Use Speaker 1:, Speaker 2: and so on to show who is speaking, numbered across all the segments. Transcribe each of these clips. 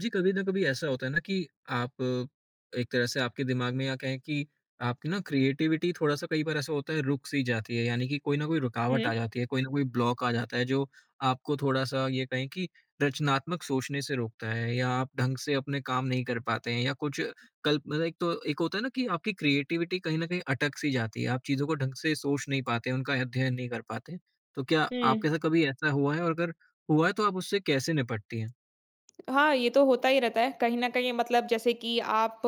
Speaker 1: जी, कभी ना कभी ऐसा होता है ना कि आप एक तरह से आपके दिमाग में या कहें कि आपकी ना क्रिएटिविटी थोड़ा-सा कई बार ऐसा होता है रुक सी जाती है, यानी कि कोई ना कोई रुकावट
Speaker 2: हुँ,
Speaker 1: आ जाती है, कोई ना कोई ब्लॉक आ जाता है जो आपको थोड़ा-सा ये कहें कि रचनात्मक सोचने से रोकता है या आप ढंग से अपने काम नहीं कर पाते हैं या कुछ कल्प मतलब एक तो एक होता है ना कि आपकी क्रिएटिविटी कहीं न कहीं अटक सी जाती है, आप चीज़ों को ढंग से सोच नहीं पाते, उनका अध्ययन नहीं कर पाते। तो क्या आपके
Speaker 2: हुँ।
Speaker 1: साथ कभी ऐसा हुआ है और अगर हुआ है तो आप उससे कैसे निपटती हैं?
Speaker 2: हाँ, ये तो होता ही रहता है। कहीं न कहीं मतलब जैसे कि आप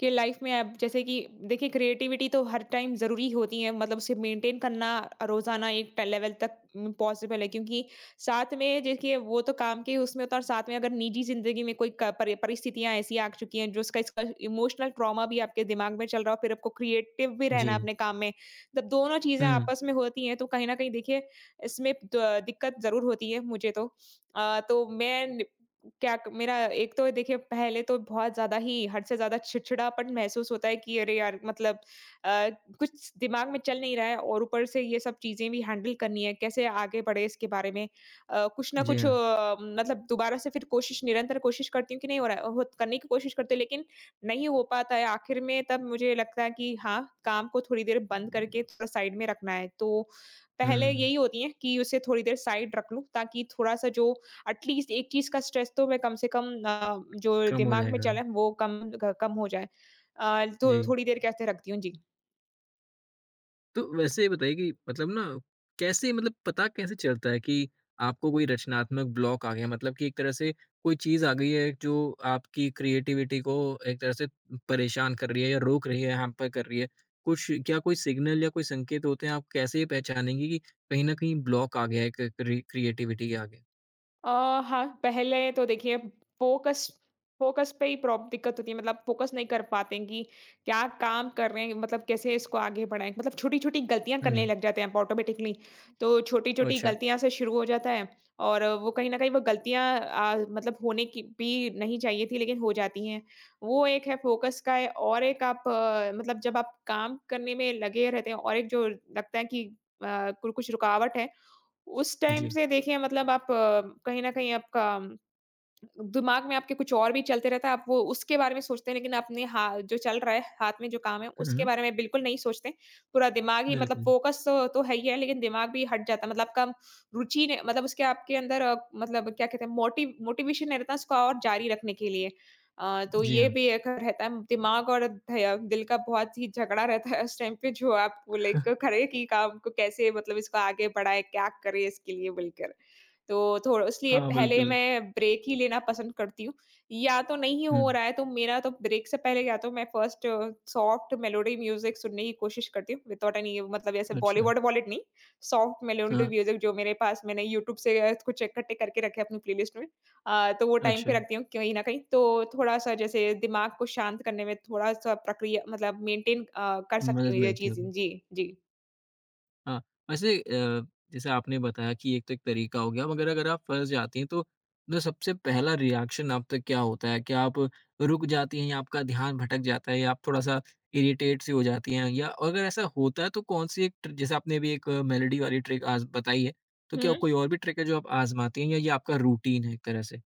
Speaker 2: के लाइफ़ में अब जैसे कि देखिए, क्रिएटिविटी तो हर टाइम ज़रूरी होती है, मतलब उसे मेंटेन करना रोज़ाना एक ट लेवल तक पॉसिबल है, क्योंकि साथ में देखिए वो तो काम के उसमें होता है। और साथ में अगर निजी ज़िंदगी में कोई क परि परिस्थितियाँ ऐसी आ चुकी हैं, जो उसका इसका इमोशनल ट्रॉमा भी आपके दिमाग में चल रहा हो, फिर आपको क्रिएटिव भी रहना है
Speaker 1: जी।
Speaker 2: अपने काम में। जब दोनों चीज़ें
Speaker 1: हुँ।
Speaker 2: आपस में होती हैं तो कहीं न कहीं देखिए इसमें द दिक्कत ज़रूर होती है, मुझे तो। तो मैं क्या क मेरा एक तो देखिए, पहले तो बहुत ज़्यादा ही, हद से ज़्यादा चिड़चिड़ापन महसूस होता है कि अरे यार! मतलब, अ, कुछ दिमाग में चल नहीं रहा है और ऊपर से ये सब चीज़ें भी हैंडल करनी है, कैसे आगे बढ़े इसके बारे में। कुछ ना
Speaker 1: जी
Speaker 2: कुछ
Speaker 1: हाँ।
Speaker 2: मतलब दोबारा से फिर कोशिश निरंतर कोशिश करती हूँ कि नहीं हो रहा है, होत करने की कोशिश करती हूँ, लेकिन नहीं हो पाता है। आखिर में तब मुझे लगता है कि हाँ, काम को थोड़ी देर बंद करके थोड़ा साइड में रखना है। तो
Speaker 1: हुँ,
Speaker 2: पहले यही होती है कि उसे थोड़ी देर साइड रख लूँ, ताकि थोड़ा-सा जो एटलीस्ट एक चीज़ का स्ट्रेस तो मैं कम से कम जो
Speaker 1: कम हो
Speaker 2: दिमाग में
Speaker 1: जाएगा।
Speaker 2: चले वो कम हो जाए। तो
Speaker 1: जी,
Speaker 2: थोड़ी देर के वास्ते रखती हूँ। जी।
Speaker 1: तो वैसे ये बताइए कि मतलब ना कैसे मतलब पता कैसे चलता है कि आपको कोई रचनात्मक ब्लॉक आ गया? मतलब कि एक तरह से कोई चीज़ आ गई है जो आपकी क्रिएटिविटी को एक तरह से परेशान कर रही है या रोक रही है, हैम्पर कर रही है। कुछ क्या कोई सिग्नल या कोई संकेत होते हैं, आप कैसे ये पहचानेंगी कि कहीं न कहीं ब्लॉक आ गया है क क्रि क्रिएटिविटी के आगे?
Speaker 2: हाँ, पहले तो देखिए, फ़ोकस फ़ोकस पे ही प्रॉ दिक्कत होती है, मतलब फ़ोकस नहीं कर पाते हैं कि क्या काम कर रहे हैं, मतलब कैसे इसको आगे बढ़ाएँ? मतलब छोटी-छोटी गलतियाँ करने
Speaker 1: हुँ,
Speaker 2: लग जाते हैं आप ऑटोमैटिकली। तो छोटी-छोटी
Speaker 1: अच्छा।
Speaker 2: गलतियाँ से शुरू हो जाता है, और वो कहीं न कहीं वो गलतियाँ मतलब होने की भी नहीं चाहिए थी, लेकिन हो जाती हैं। वो एक है फ़ोकस का है, और एक आप मतलब जब आप काम करने में लगे रहते हैं और एक जो लगता है कि अ, कु कुछ रुकावट है, उस टाइम
Speaker 1: जी।
Speaker 2: से देखिए मतलब आप कहीं न कहीं आपका दिमाग में आपके कुछ और भी चलते रहता है, आप वो उसके बारे में सोचते हैं, लेकिन अपने हा जो चल रहा है, हाथ में जो काम है,
Speaker 1: हुँ,
Speaker 2: उसके
Speaker 1: हुँ,
Speaker 2: बारे में बिल्कुल नहीं सोचते। पूरा दिमाग ही मतलब
Speaker 1: बिल्कुल।
Speaker 2: फ़ोकस तो है ही है, लेकिन दिमाग भी हट जाता है। मतलब आपका रुचि ने मतलब उसके आपके अंदर मतलब क्या कहते हैं, मोटिवेशन नहीं रहता उसको और जारी रखने के लिए। तो
Speaker 1: जी
Speaker 2: ये
Speaker 1: हाँ।
Speaker 2: भी एक रहता है, दिमाग और ध दिल का बहुत ही झगड़ा रहता है उस टाइम पे, जो आप वो लाइक करें कि काम को कैसे, मतलब इसको आगे बढ़ाएँ, क्या करें इसके लिए बोलकर। तो थोड़ा इसलिए
Speaker 1: हाँ,
Speaker 2: पहले
Speaker 1: बिल्कुल।
Speaker 2: मैं ब्रेक ही लेना पसंद करती हूँ। या तो नहीं
Speaker 1: हुँ,
Speaker 2: हो रहा है तो मेरा तो ब्रेक से पहले या तो मैं फर्स्ट सॉफ्ट मेलोडी म्यूज़िक सुनने की कोशिश करती हूँ, विथआउट एनी मतलब, ऐसे
Speaker 1: अच्छा।
Speaker 2: बॉलीवुड वॉलीवुड नहीं। सॉफ्ट मेलोडी
Speaker 1: हाँ।
Speaker 2: म्यूज़िक जो मेरे पास मैंने यूट्यूब से कुछ इकट्ठे करके रखे अपनी प्लेलिस्ट में। तो वो टाइम
Speaker 1: अच्छा,
Speaker 2: पे रखती हूँ कहीं न कहीं। तो थोड़ा-सा जैसे दिमाग को शांत करने में थोड़ा-सा प्रक्रिया मतलब मेंटेन कर सकती
Speaker 1: मदद
Speaker 2: हूँ ये
Speaker 1: मिलती
Speaker 2: चीज़ें।
Speaker 1: होगी।
Speaker 2: जी, जी।
Speaker 1: हाँ, वैसे जैसे आपने बताया कि एक तो एक तरीका हो गया, मगर अगर आप फँस जाती हैं, तो मतलब सबसे पहला रिएक्शन आप तक क्या होता है? क्या आप रुक जाती हैं या आपका ध्यान भटक जाता है या आप थोड़ा-सा इरिटेट सी हो जाती हैं? या अगर ऐसा होता है, तो कौन-सी एक ट्र जैसे आपने अभी एक मेलोडी वाली ट्रिक आज बताई है, तो क्या कोई और भी ट्रिक है जो आप आज़माती हैं या ये आपका रूटीन है एक तरह से?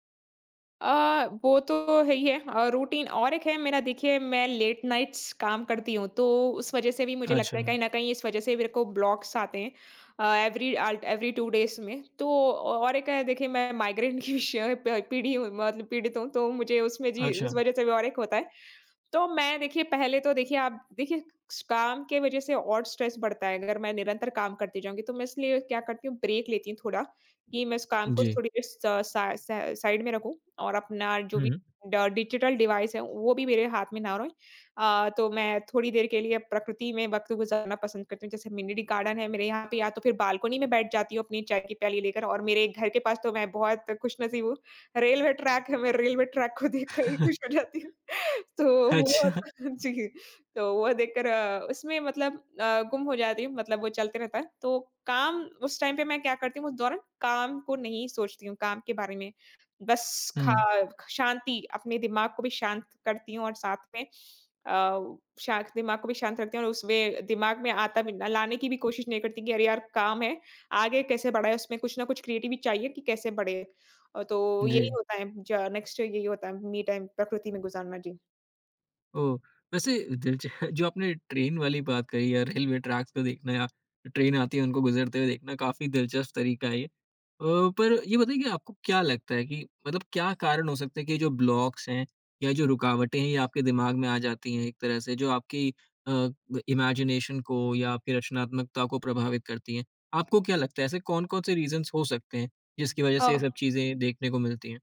Speaker 2: वो तो है ही है रूटीन। और एक है मेरा, देखिए मैं लेट नाइट्स काम करती हूँ, तो उस वज़ह से भी मुझे लगता
Speaker 1: अच्छा,
Speaker 2: है कहीं न कहीं इस वज़ह से मेरे को ब्लॉक्स आते हैं एवरी 2 डेज़ में। तो और एक है देखिए, मैं माइग्रेन की श प पीड़ी हूँ मतलब पीड़ित हूँ, तो मुझे उसमें जी उस
Speaker 1: अच्छा।
Speaker 2: वज़ह से भी और एक होता है। तो मैं देखिए पहले तो देखिए, आप देखिए स काम के वज़ह से और स्ट्रेस बढ़ता है, अगर मैं निरंतर काम करती जाऊँगी। तो मैं इसलिए क्या करती हूँ, ब्रेक लेती हूँ थोड़ा, कि मैं उस काम को
Speaker 1: जी।
Speaker 2: थोड़ी देर स सा सा साइड में रखूँ, और अपना जो
Speaker 1: हुँ,
Speaker 2: भी
Speaker 1: हुँ।
Speaker 2: ड डिजिटल डिवाइस है, वो भी मेरे हाथ में ना रहे। तो मैं थोड़ी देर के लिए प्रकृति में वक़्त गुज़ारना पसंद करती हूँ, जैसे मिनी गार्डन है मेरे यहाँ पे, या तो फिर बालकनी में बैठ जाती हूँ अपनी चाय की प्याली लेकर। और मेरे घर के पास तो मैं बहुत खुशनसीब हूँ, रेलवे ट्रैक है, मैं रेलवे ट्रैक को देखकर ही खुश हो जाती हूँ। तो वो,
Speaker 1: अच्छा।
Speaker 2: जी, तो वो देखकर उसमें मतलब गुम हो जाती हूँ, मतलब वो चलते रहता है। तो काम, उस टाइम पे मैं क्या करती हूँ, उस दौरान काम को नहीं सोचती हूँ, काम के बारे में। बस खा
Speaker 1: हुँ,
Speaker 2: शांति, अपने दिमाग को भी शांत करती हूँ, और साथ में अ, शांत दिमाग को भी शांत रखती हूँ, और उसमें दिमाग में आता भी लाने की भी कोशिश नहीं करती कि अरे यार! काम है, आगे कैसे बढ़ाएँ? उसमें कुछ ना कुछ क्रिएटिव चाहिए कि कैसे बढ़े। तो
Speaker 1: जी।
Speaker 2: यही होता है, ज नेक्स्ट यही होता है, मी टाइम प्रकृति में गुज़ारना। जी।
Speaker 1: ओह! वैसे दिलच जो आपने ट्रेन वाली बात कही या रेलवे ट्रैक्स को देखना या ट्रेन आती है उनको गुज़रते हुए देखना काफ़ी दिलचस्प तरीका है ये। अ, पर ये बताइए कि आपको क्या लगता है कि मतलब क्या कारण हो सकते हैं कि ये जो ब्लॉक्स हैं या जो रुकावटें हैं ये आपके दिमाग में आ जाती हैं एक तरह से जो आपकी अ, इमेजिनेशन को या आपकी रचनात्मकता को प्रभावित करती हैं? आपको क्या लगता है ऐसे कौन-कौन से रीज़न्स हो सकते हैं जिसकी वज़ह
Speaker 2: अ,
Speaker 1: से ये सब चीज़ें देखने को मिलती हैं?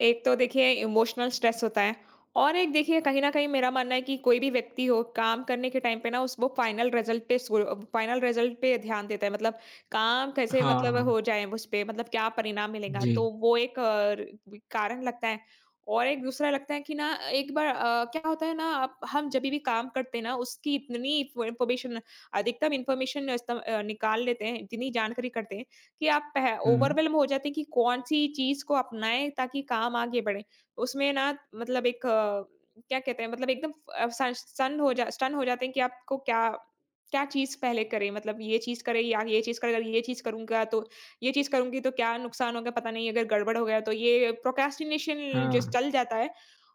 Speaker 2: एक तो देखिए इमोशनल स्ट्रेस होता है, और एक देखिए कहीं न कहीं मेरा मानना है कि कोई भी व्यक्ति हो काम करने के टाइम पे ना उस वो फ़ाइनल रिज़ल्ट पे ध्यान देता है, मतलब काम
Speaker 1: हाँ,
Speaker 2: कैसे
Speaker 1: हाँ।
Speaker 2: मतलब
Speaker 1: हाँ,
Speaker 2: हो जाए उसपे, मतलब क्या परिणाम मिलेगा।
Speaker 1: जी।
Speaker 2: तो वो एक अ, र कारण लगता है। और एक दूसरा लगता है कि ना, एक बार क्या होता है ना, आप हम जभी भी काम करते हैं ना उसकी इतनी इन्फ़ो इन्फ़ॉर्मेशन, अधिकतम इन्फ़ॉर्मेशन निकाल लेते हैं, इतनी जानकारी करते हैं कि आप पह
Speaker 1: हुँ, हुँ।
Speaker 2: ओवरवेल्म हो जाते हैं कि कौन-सी चीज़ को अपनाएँ ताकि काम आगे बढ़े। उसमें ना मतलब एक क्या कहते हैं, मतलब एकदम सन सन हो जा स्टन हो जाते हैं कि आपको क्या क्या चीज़ पहले करें, मतलब ये चीज़ करें या ये चीज़ करें, अगर ये चीज़ करूँगा तो ये चीज़ करूँगी तो क्या नुकसान होगा पता नहीं, अगर गड़बड़ हो गया तो। ये प्रोक्रेस्टिनेशन जो
Speaker 1: हाँ।
Speaker 2: चल जाता है,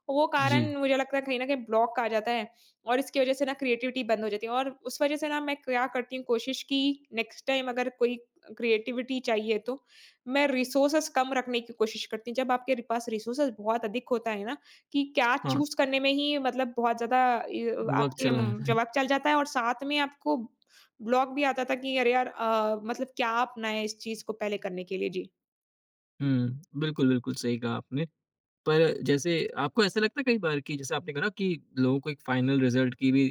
Speaker 2: वो
Speaker 1: जी।
Speaker 2: कारण मुझे लगता है कहीं न कहीं ब्लॉक आ जाता है, और इसकी वज़ह से ना क्रिएटिविटी बंद हो जाती है। और उस वज़ह से ना मैं क्या करती हूँ कोशिश, कि नेक्स्ट टाइम अगर कोई क्रिएटिविटी चाहिए तो मैं रिसोर्सेस कम रखने की कोशिश करती हूँ। जब आपके पास रिसोर्सेस बहुत अधिक होता है ना, कि क्या
Speaker 1: हाँ।
Speaker 2: चूज़ करने में ही मतलब बहुत ज़्यादा इ
Speaker 1: वक़्त
Speaker 2: आपके
Speaker 1: चला आ रहा है।
Speaker 2: जवाब चल जाता है, और साथ में आपको ब्लॉक भी आता था कि अरे यार, मतलब क्या अपनाएँ इस चीज़ को पहले करने के लिए? जी।
Speaker 1: हुँ, बिल्कुल, बिल्कुल सही कहा आपने। पर जैसे आपको ऐसा लगता है कई बार कि जैसे आपने कहा ना कि लोगों को एक फाइनल रिज़ल्ट की भी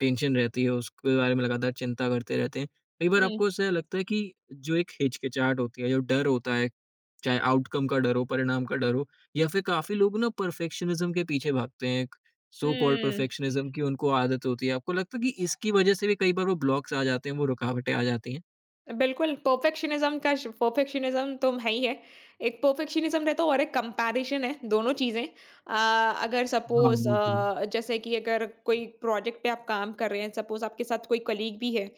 Speaker 1: टेंशन रहती है, उसके बारे में लगातार चिंता करते रहते हैं। कई बार आपको
Speaker 2: हुँ।
Speaker 1: ऐसा लगता है कि जो एक हिचकिचाहट होती है, जो डर होता है, चाहे आउटकम का डर हो, परिणाम का डर हो या फिर काफ़ी लोग ना परफेक्शनिज़्म के पीछे भागते हैं, एक सो कॉल्ड
Speaker 2: हुँ।
Speaker 1: परफेक्शनिज़्म की उनको आदत होती है। आपको लगता है कि इसकी वज़ह से भी कई बार वो ब्लॉक्स आ जाते हैं, वो रुकावटें आ जाती हैं?
Speaker 2: बिल्कुल, परफेक्शनिज़्म का श परफेक्शनिज़्म तो है ही है। एक परफेक्शनिज़्म रहता है और एक कंपैरिज़न है, दोनों चीज़ें। अ, अगर
Speaker 1: हाँ,
Speaker 2: सपोज़
Speaker 1: बिल्कुल।
Speaker 2: जैसे कि अगर कोई प्रोजेक्ट पे आप काम कर रहे हैं, सपोज़ आपके साथ कोई कलीग भी है,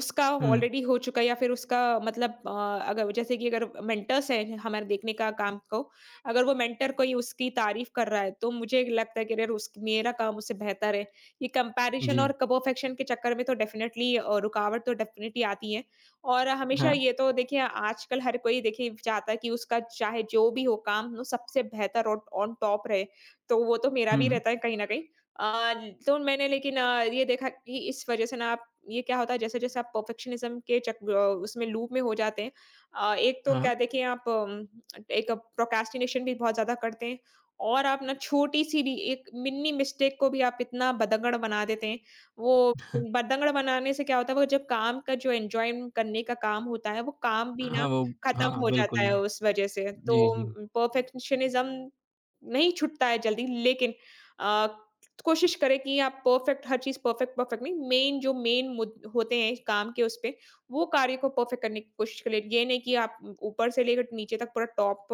Speaker 2: उसका
Speaker 1: हुँ,
Speaker 2: ऑलरेडी हो चुका है, या फिर उसका मतलब अगर जैसे कि अगर मेंटर्स हैं हमारे देखने का काम को, अगर वो मेंटर कोई उसकी तारीफ़ कर रहा है, तो मुझे लगता है कि अरे उस मेरा काम उससे बेहतर है। ये कंपैरिज़न
Speaker 1: जी।
Speaker 2: और क परफेक्शन के चक्कर में तो डेफ़िनेटली रुकावट तो डेफ़िनेटली आती है। और हमेशा
Speaker 1: हाँ।
Speaker 2: ये तो देखिए आजकल हर कोई देखिए चाहता है कि उसका चाहे जो भी हो काम वो सबसे बेहतर और ऑन टॉप रहे, तो वो तो मेरा
Speaker 1: हुँ,
Speaker 2: भी
Speaker 1: हुँ।
Speaker 2: रहता है कहीं ना कहीं। आ, तो मैंने लेकिन ये देखा कि इस वजह से ना आप ये क्या होता है, जैसे जैसे आप परफेक्शनिज्म के उसमें लूप में हो जाते हैं, एक तो
Speaker 1: हाँ,
Speaker 2: क्या देखिए आप एक प्रोक्रेस्टिनेशन भी बहुत ज्यादा करते हैं, और आप ना छोटी सी भी एक मिनी मिस्टेक को भी आप इतना बदंगड़ बना देते हैं। वो बतंगड़ बनाने से क्या होता है, वो जब काम का जो एन्जॉय करने का काम होता है, वो काम भी ना
Speaker 1: हाँ, वो
Speaker 2: खत्म
Speaker 1: हाँ,
Speaker 2: हो जाता
Speaker 1: बिल्कुल।
Speaker 2: है उस वजह से।
Speaker 1: जी,
Speaker 2: तो
Speaker 1: जी।
Speaker 2: परफेक्शनिज़्म नहीं छूटता है जल्दी, लेकिन अ, कोशिश करें कि आप परफेक्ट, हर चीज़ परफेक्ट परफेक्ट नहीं, मेन जो मेन मुद होते हैं काम के, उस पे वो कार्य को परफेक्ट करने की कोशिश करें। ये नहीं कि आप ऊपर से लेकर नीचे तक पूरा top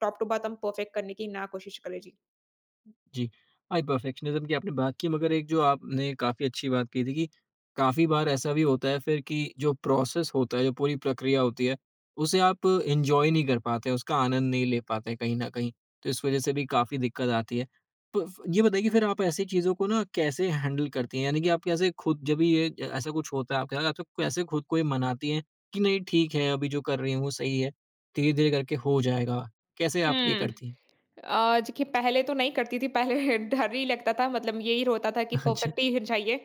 Speaker 2: top to bottom perfect करने की ना कोशिश करें। जी।
Speaker 1: जी। हाँ, परफेक्शनिज़्म की आपने बात की मगर एक जो आपने काफ़ी अच्छी बात कही थी कि काफ़ी बार ऐसा भी होता है फिर कि जो प्रोसेस होता है, जो पूरी प्रक्रिया होती है, उसे आप एन्जॉय नहीं कर पाते, उसका आनंद नहीं ले पाते कहीं न कहीं। तो इस वज़ह से भी काफ़ी दिक्कत आती है। तो फ ये बताइए कि फिर आप ऐसी चीज़ों को ना कैसे हैंडल करती हैं? यानी कि आप कैसे खुद जब भी ये ऐसा कुछ होता है आपके साथ, आप तो कैसे खुद को ये मनाती हैं कि नहीं ठीक है, अभी जो कर रही हूँ सही है, धीरे-धीरे करके हो जाएगा? कैसे आप ये
Speaker 2: हुँ।
Speaker 1: करती हैं?
Speaker 2: देखिए पहले तो नहीं करती थी, पहले डर ही लगता था, मतलब यही होता था कि
Speaker 1: अच्छा।
Speaker 2: परफेक्ट ही चाहिए।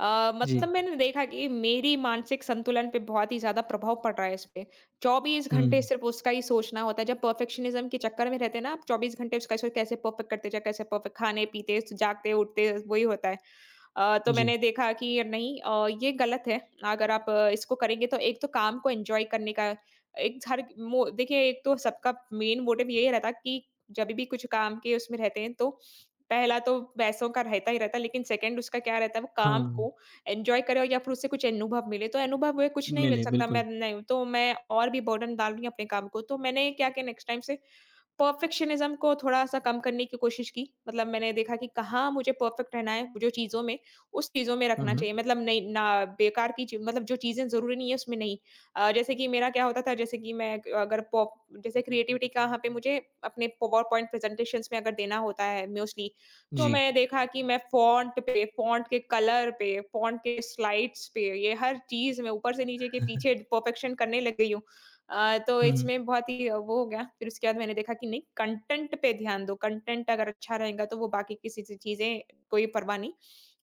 Speaker 1: जी।
Speaker 2: मतलब मैंने देखा कि मेरी मानसिक संतुलन पे बहुत ही ज़्यादा प्रभाव पड़ रहा है इस पे। 24 घंटे
Speaker 1: हुँ।
Speaker 2: सिर्फ़ उसका ही सोचना होता है, जब परफेक्शनिज़्म के चक्कर में रहते हैं ना, आप 24 घंटे उसका सोच, कैसे परफेक्ट करते जाएँ, कैसे परफेक्ट खाने-पीते, स जागते-उठते वही होता है। तो
Speaker 1: जी,
Speaker 2: मैंने देखा कि नहीं, ये गलत है। अगर आप इसको करेंगे तो एक तो काम को एन्जॉय करने का एक हर मो देखिए एक तो सबका मेन मोटिव यही रहता है कि जब भी कुछ काम के उसमें रहते हैं तो पहला तो पैसों का रहता ही रहता है, लेकिन सेकंड उसका क्या रहता है वो काम
Speaker 1: हाँ,
Speaker 2: को एन्जॉय करें या फिर उससे कुछ अनुभव मिले। तो अनुभव हुए कुछ नहीं मिल
Speaker 1: मिले
Speaker 2: सकता मैं
Speaker 1: बिल्कुल।
Speaker 2: नहीं तो मैं और भी बर्डन डाल रही हूँ अपने काम को। तो मैंने क्या किया नेक्स्ट टाइम से परफेक्शनिज़्म को थोड़ा-सा कम करने की कोशिश की। मतलब मैंने देखा कि कहाँ मुझे परफेक्ट रहना है, जो चीज़ों में, उस चीज़ों में
Speaker 1: हुँ,
Speaker 2: रखना
Speaker 1: हुँ,
Speaker 2: चाहिए। मतलब नहीं ना, बेकार की चीज़ मतलब जो चीज़ें ज़रूरी नहीं है, उसमें नहीं। जैसे कि मेरा क्या होता था, जैसे कि मैं अगर पॉप जैसे क्रिएटिविटी का यहाँ पे मुझे अपने पावर पॉइंट प्रेज़ेंटेशंस में अगर देना होता है मोस्टली, तो
Speaker 1: जी।
Speaker 2: मैं देखा कि मैं फ़ॉन्ट पे, फ़ॉन्ट के कलर पे, फ़ॉन्ट के स्लाइड्स पे, ये हर चीज़ में ऊपर से नीचे के पीछे परफेक्शन करने लग गई हूँ। तो
Speaker 1: हुँ,
Speaker 2: इसमें बहुत ही वो हो गया, फिर उसके बाद मैंने देखा कि नहीं कंटेंट पे ध्यान दो, कंटेंट अगर अच्छा रहेगा तो वो बाकी किसी ची चीज़ें कोई परवाह नहीं।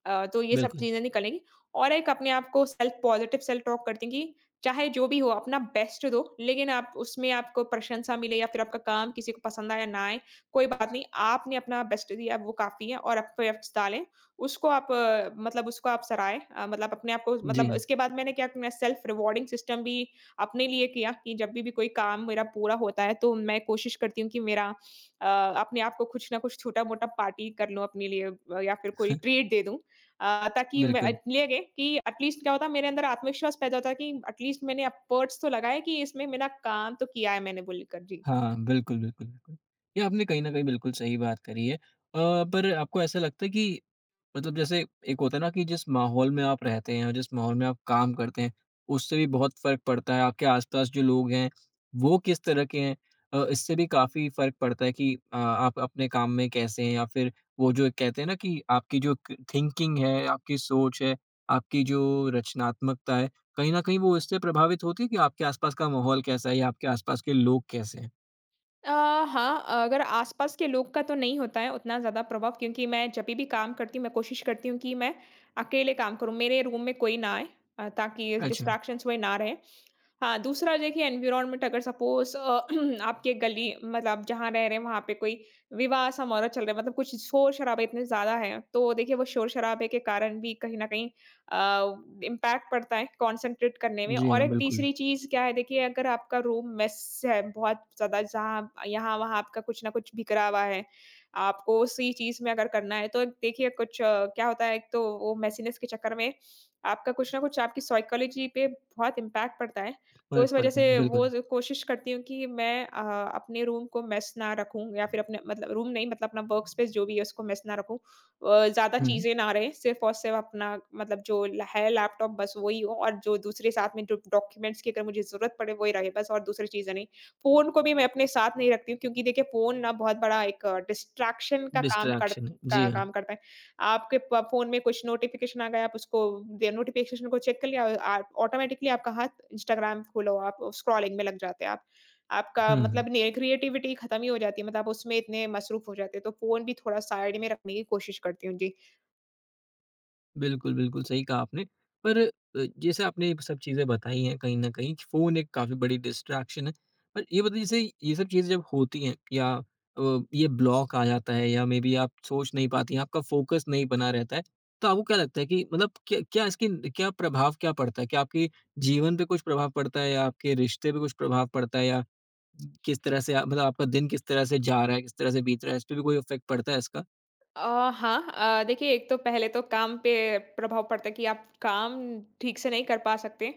Speaker 2: तो ये सब
Speaker 1: बिल्कुल।
Speaker 2: चीज़ें निकलेंगी और एक अपने आप को सेल्फ पॉज़िटिव सेल्फ टॉक करते हैं कि चाहे जो भी हो अपना बेस्ट दो, लेकिन आप उसमें आपको प्रशंसा मिले या फिर आपका काम किसी को पसंद आए या ना आए, कोई बात नहीं, आपने अपना बेस्ट दिया वो काफ़ी है और आप एफ़र्ट्स डालें, उसको आप मतलब उसको आप सराहें मतलब अपने आप को
Speaker 1: जी
Speaker 2: मतलब
Speaker 1: हाँ,
Speaker 2: इसके बाद मैंने क्या किया सेल्फ रिवॉर्डिंग सिस्टम भी अपने लिए किया कि जब भी कोई काम मेरा पूरा होता है, तो मैं कोशिश करती हूँ कि मेरा अ, अपने आप को कुछ ना कुछ छोटा-मोटा पार्टी कर लूँ अपने लिए, या फिर कोई ट्रीट दे दूँ। ताकि मैं
Speaker 1: बिल्कुल।
Speaker 2: इसलिए गए कि एटलीस्ट क्या होता है मेरे अंदर आत्मविश्वास पैदा होता है कि एटलीस्ट मैंने एफर्ट्स तो लगाए कि इसमें मेरा काम तो किया है मैंने बोलकर। जी।
Speaker 1: हाँ, बिल्कुल, बिल्कुल, बिल्कुल। ये आपने कहीं न कहीं बिल्कुल सही बात करी है। पर आपको ऐसा लगता है कि मतलब जैसे एक होता है ना कि जिस माहौल में आप रहते हैं और जिस माहौल में आप काम करते हैं, उससे भी बहुत फ़र्क पड़ता है। आपके आस-पास जो लोग हैं, वो किस तरह के हैं इससे भी काफ़ी फ़र्क पड़ता है कि आप अपने काम में कैसे हैं या फिर वो जो कहते हैं ना कि आपकी जो क थिंकिंग है, आपकी सोच है, आपकी जो रचनात्मकता है, कहीं न कहीं वो इससे प्रभावित होती है कि आपके आस-पास का माहौल कैसा है या आपके आस-पास के लोग कैसे हैं?
Speaker 2: अ, हाँ, अगर आसपास के लोग का तो नहीं होता है उतना ज़्यादा प्रभाव क्योंकि मैं जब भी काम करती हूँ, मैं कोशिश करती हूँ कि मैं अकेले काम करूँ। मेरे रूम में कोई ना आए, ताकि
Speaker 1: अच्छा।
Speaker 2: डिस्ट्रैक्शंस हुए ना रहे। हाँ, दूसरा देखिए एनवायरनमेंट अगर सपोज़ आपके गली मतलब जहाँ रह रहे हैं वहाँ पे कोई विवाह समारोह चल रहा है, मतलब कुछ शोर-शराबे इतने ज़्यादा हैं, तो देखिए वो शोर-शराबे के कारण भी कहीं न कहीं इम्पैक्ट पड़ता है कॉन्संट्रेट करने में।
Speaker 1: जी
Speaker 2: और
Speaker 1: हाँ,
Speaker 2: एक
Speaker 1: बिल्कुल।
Speaker 2: तीसरी चीज़ क्या है देखिए, अगर आपका रूम मेस है बहुत ज़्यादा, जहाँ यहाँ-वहाँ आपका कुछ ना कुछ बिखरा हुआ है, आपको उसी चीज़ में अगर करना है तो देखिए कुछ क्या होता है एक तो वो मेसीनेस के चक्कर में आपका कुछ ना कुछ आपकी साइकोलॉजी पे बहुत इम्पैक्ट पड़ता है। तो
Speaker 1: फ़र्क
Speaker 2: इस वज़ह
Speaker 1: पड़ता
Speaker 2: से
Speaker 1: है,
Speaker 2: वो
Speaker 1: बिल्कुल।
Speaker 2: ज़ कोशिश करती हूँ कि मैं अपने रूम को मेस ना रखूँ या फिर अपने मतलब रूम नहीं मतलब अपना वर्क स्पेस जो भी है उसको मेस ना रखूँ। ज़्यादा
Speaker 1: हुँ।
Speaker 2: चीज़ें ना रहें, सिर्फ़ और सिर्फ़ अपना मतलब जो ल है लैपटॉप बस वही हो और जो दूसरे साथ में जो डॉक्यूमेंट्स की अगर मुझे ज़रूरत पड़े वही रहे बस, और दूसरी चीज़ें नहीं। फ़ोन को भी मैं अपने साथ नहीं रखती हूँ क्योंकि देखिए फ़ोन ना बहुत बड़ा एक डिस्ट्रैक्शन
Speaker 1: डिस्ट्रैक्शन है। जी
Speaker 2: का
Speaker 1: हाँ।
Speaker 2: काम करता है। आपके प फ़ोन में कुछ नोटिफ़िकेशन आ गया, आप उसको दे नोटिफ़िकेशन को चेक कर लिया और आप ऑटोमैटिकली आपका हाथ इंस्टाग्राम खोलो, आप स्क्रॉलिंग में लग जाते हैं आप। आपका
Speaker 1: हुँ, हुँ।
Speaker 2: मतलब ने क्रिएटिविटी खत्म ही हो जाती है, मतलब आप उसमें इतने मसरूफ़ हो जाते हैं, तो फ़ोन भी थोड़ा साइड में रखने की कोशिश करती हूँ। जी।
Speaker 1: बिल्कुल, बिल्कुल सही कहा आपने। पर जैसे आपने ये सब चीज़ें बताई हैं कहीं न कहीं कि फ़ोन एक काफ़ी बड़ी डिस्ट्रैक्शन है। पर ये बताइए जैसे ये सब चीज़ें जब होती हैं या ये ब्लॉक आ जाता है या मेबी आप सोच नहीं पाती हैं, आपका फ़ोकस नहीं बना रहता है। तो आपको क्या लगता है कि मतलब क्या क्या इसके क्या प्रभाव क्या पड़ता है? क्या आपके जीवन पे कुछ प्रभाव पड़ता है या आपके रिश्ते पे कुछ प्रभाव पड़ता है या किस तरह से आप मतलब आपका दिन किस तरह से जा रहा है, किस तरह से बीत रहा है, इस पे भी कोई इफ़ेक्ट पड़ता है इसका?
Speaker 2: हाँ, देखिए एक तो पहले तो काम पे प्रभाव पड़ता है कि आप काम ठीक से नहीं कर पा सकते।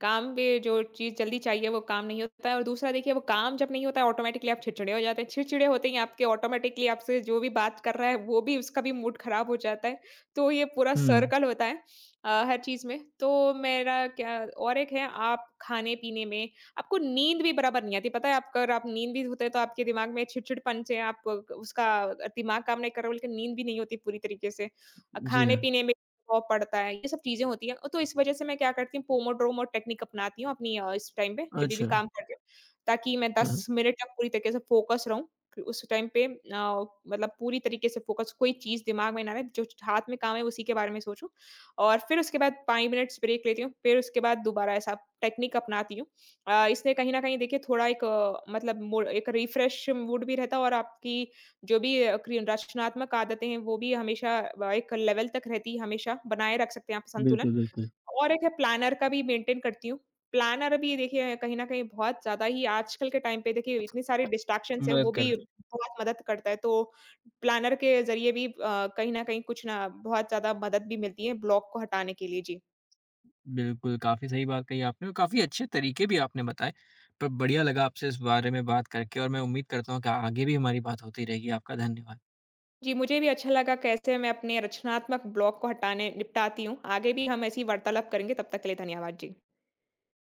Speaker 2: काम पे जो चीज़ जल्दी चाहिए वो काम नहीं होता है और दूसरा देखिए वो काम जब नहीं होता है ऑटोमेटिकली आप चिड़चिड़े हो जाते हैं। चिड़चिड़े होते ही आपके ऑटोमेटिकली आपसे जो भी बात कर रहा है वो भी उसका भी मूड खराब हो जाता है। तो ये पूरा
Speaker 1: हुँ।
Speaker 2: सर्कल होता है हर चीज़ में। तो मेरा क्या, और एक है आप खाने-पीने में आपको नींद भी बराबर नहीं आती। पता है आप अगर आप नींद भी होते हैं तो आपके दिमाग में चिड़चिड़पन से आप उसका दिमाग काम नहीं कर रहा बल्कि नींद भी नहीं होती पूरी तरीके से।
Speaker 1: जी हाँ।
Speaker 2: खाने-पीने में प्रभाव पड़ता है, ये सब चीज़ें होती हैं। तो इस वज़ह से मैं क्या करती हूँ पोमोड्रोमो टेक्निक अपनाती हूँ अपनी, इस टाइम पे जभी भी
Speaker 1: अच्छा।
Speaker 2: काम करती हूँ, ताकि मैं
Speaker 1: हाँ, हाँ।
Speaker 2: 10 मिनट तक पूरी तरीके से फ़ोकस रहूँ। कि उस टाइम पे मतलब पूरी तरीके से फ़ोकस, कोई चीज़ दिमाग में ना रहे, जो हाथ में काम है उसी के बारे में सोचूँ और फिर उसके बाद 5 मिनट्स ब्रेक लेती हूँ, फिर उसके बाद दोबारा ऐसा टेक्निक अपनाती हूँ। इससे कहीं न कहीं देखिए थोड़ा एक मतलब मूड एक रिफ्रेश मूड भी रहता है और आपकी जो भी क्रि रचनात्मक आदतें हैं, वो भी हमेशा व एक लेवल तक रहती है, हमेशा बनाए रख सकते हैं आप संतुलन।
Speaker 1: बिल्कुल, बिल्कुल।
Speaker 2: और एक है प्लानर का भी मेंटेन करती हूँ। प्लानर भी देखिए कहीं न कहीं बहुत ज़्यादा ही आजकल के टाइम पे देखिए इतनी सारी डिस्ट्रैक्शंस हैं,
Speaker 1: मदद
Speaker 2: वो भी
Speaker 1: कर दे।
Speaker 2: बहुत मदद करता है। तो प्लानर के ज़रिए भी कहीं न कहीं कुछ ना बहुत ज़्यादा मदद भी मिलती है ब्लॉक को हटाने के लिए। जी।
Speaker 1: बिल्कुल, काफ़ी सही बात कही आपने और काफ़ी अच्छे तरीके भी आपने बताए। पर बढ़िया लगा आपसे इस बारे में बात करके और मैं उम्मीद करता हूँ कि आगे भी हमारी बात होती रहेगी। आपका धन्यवाद।
Speaker 2: जी, मुझे भी अच्छा लगा कैसे मैं अपने रचनात्मक ब्लॉक को हटाने निपटाती हूँ। आगे भी हम ऐसी वार्तालाप करेंगे, तब तक के लिए धन्यवाद। जी।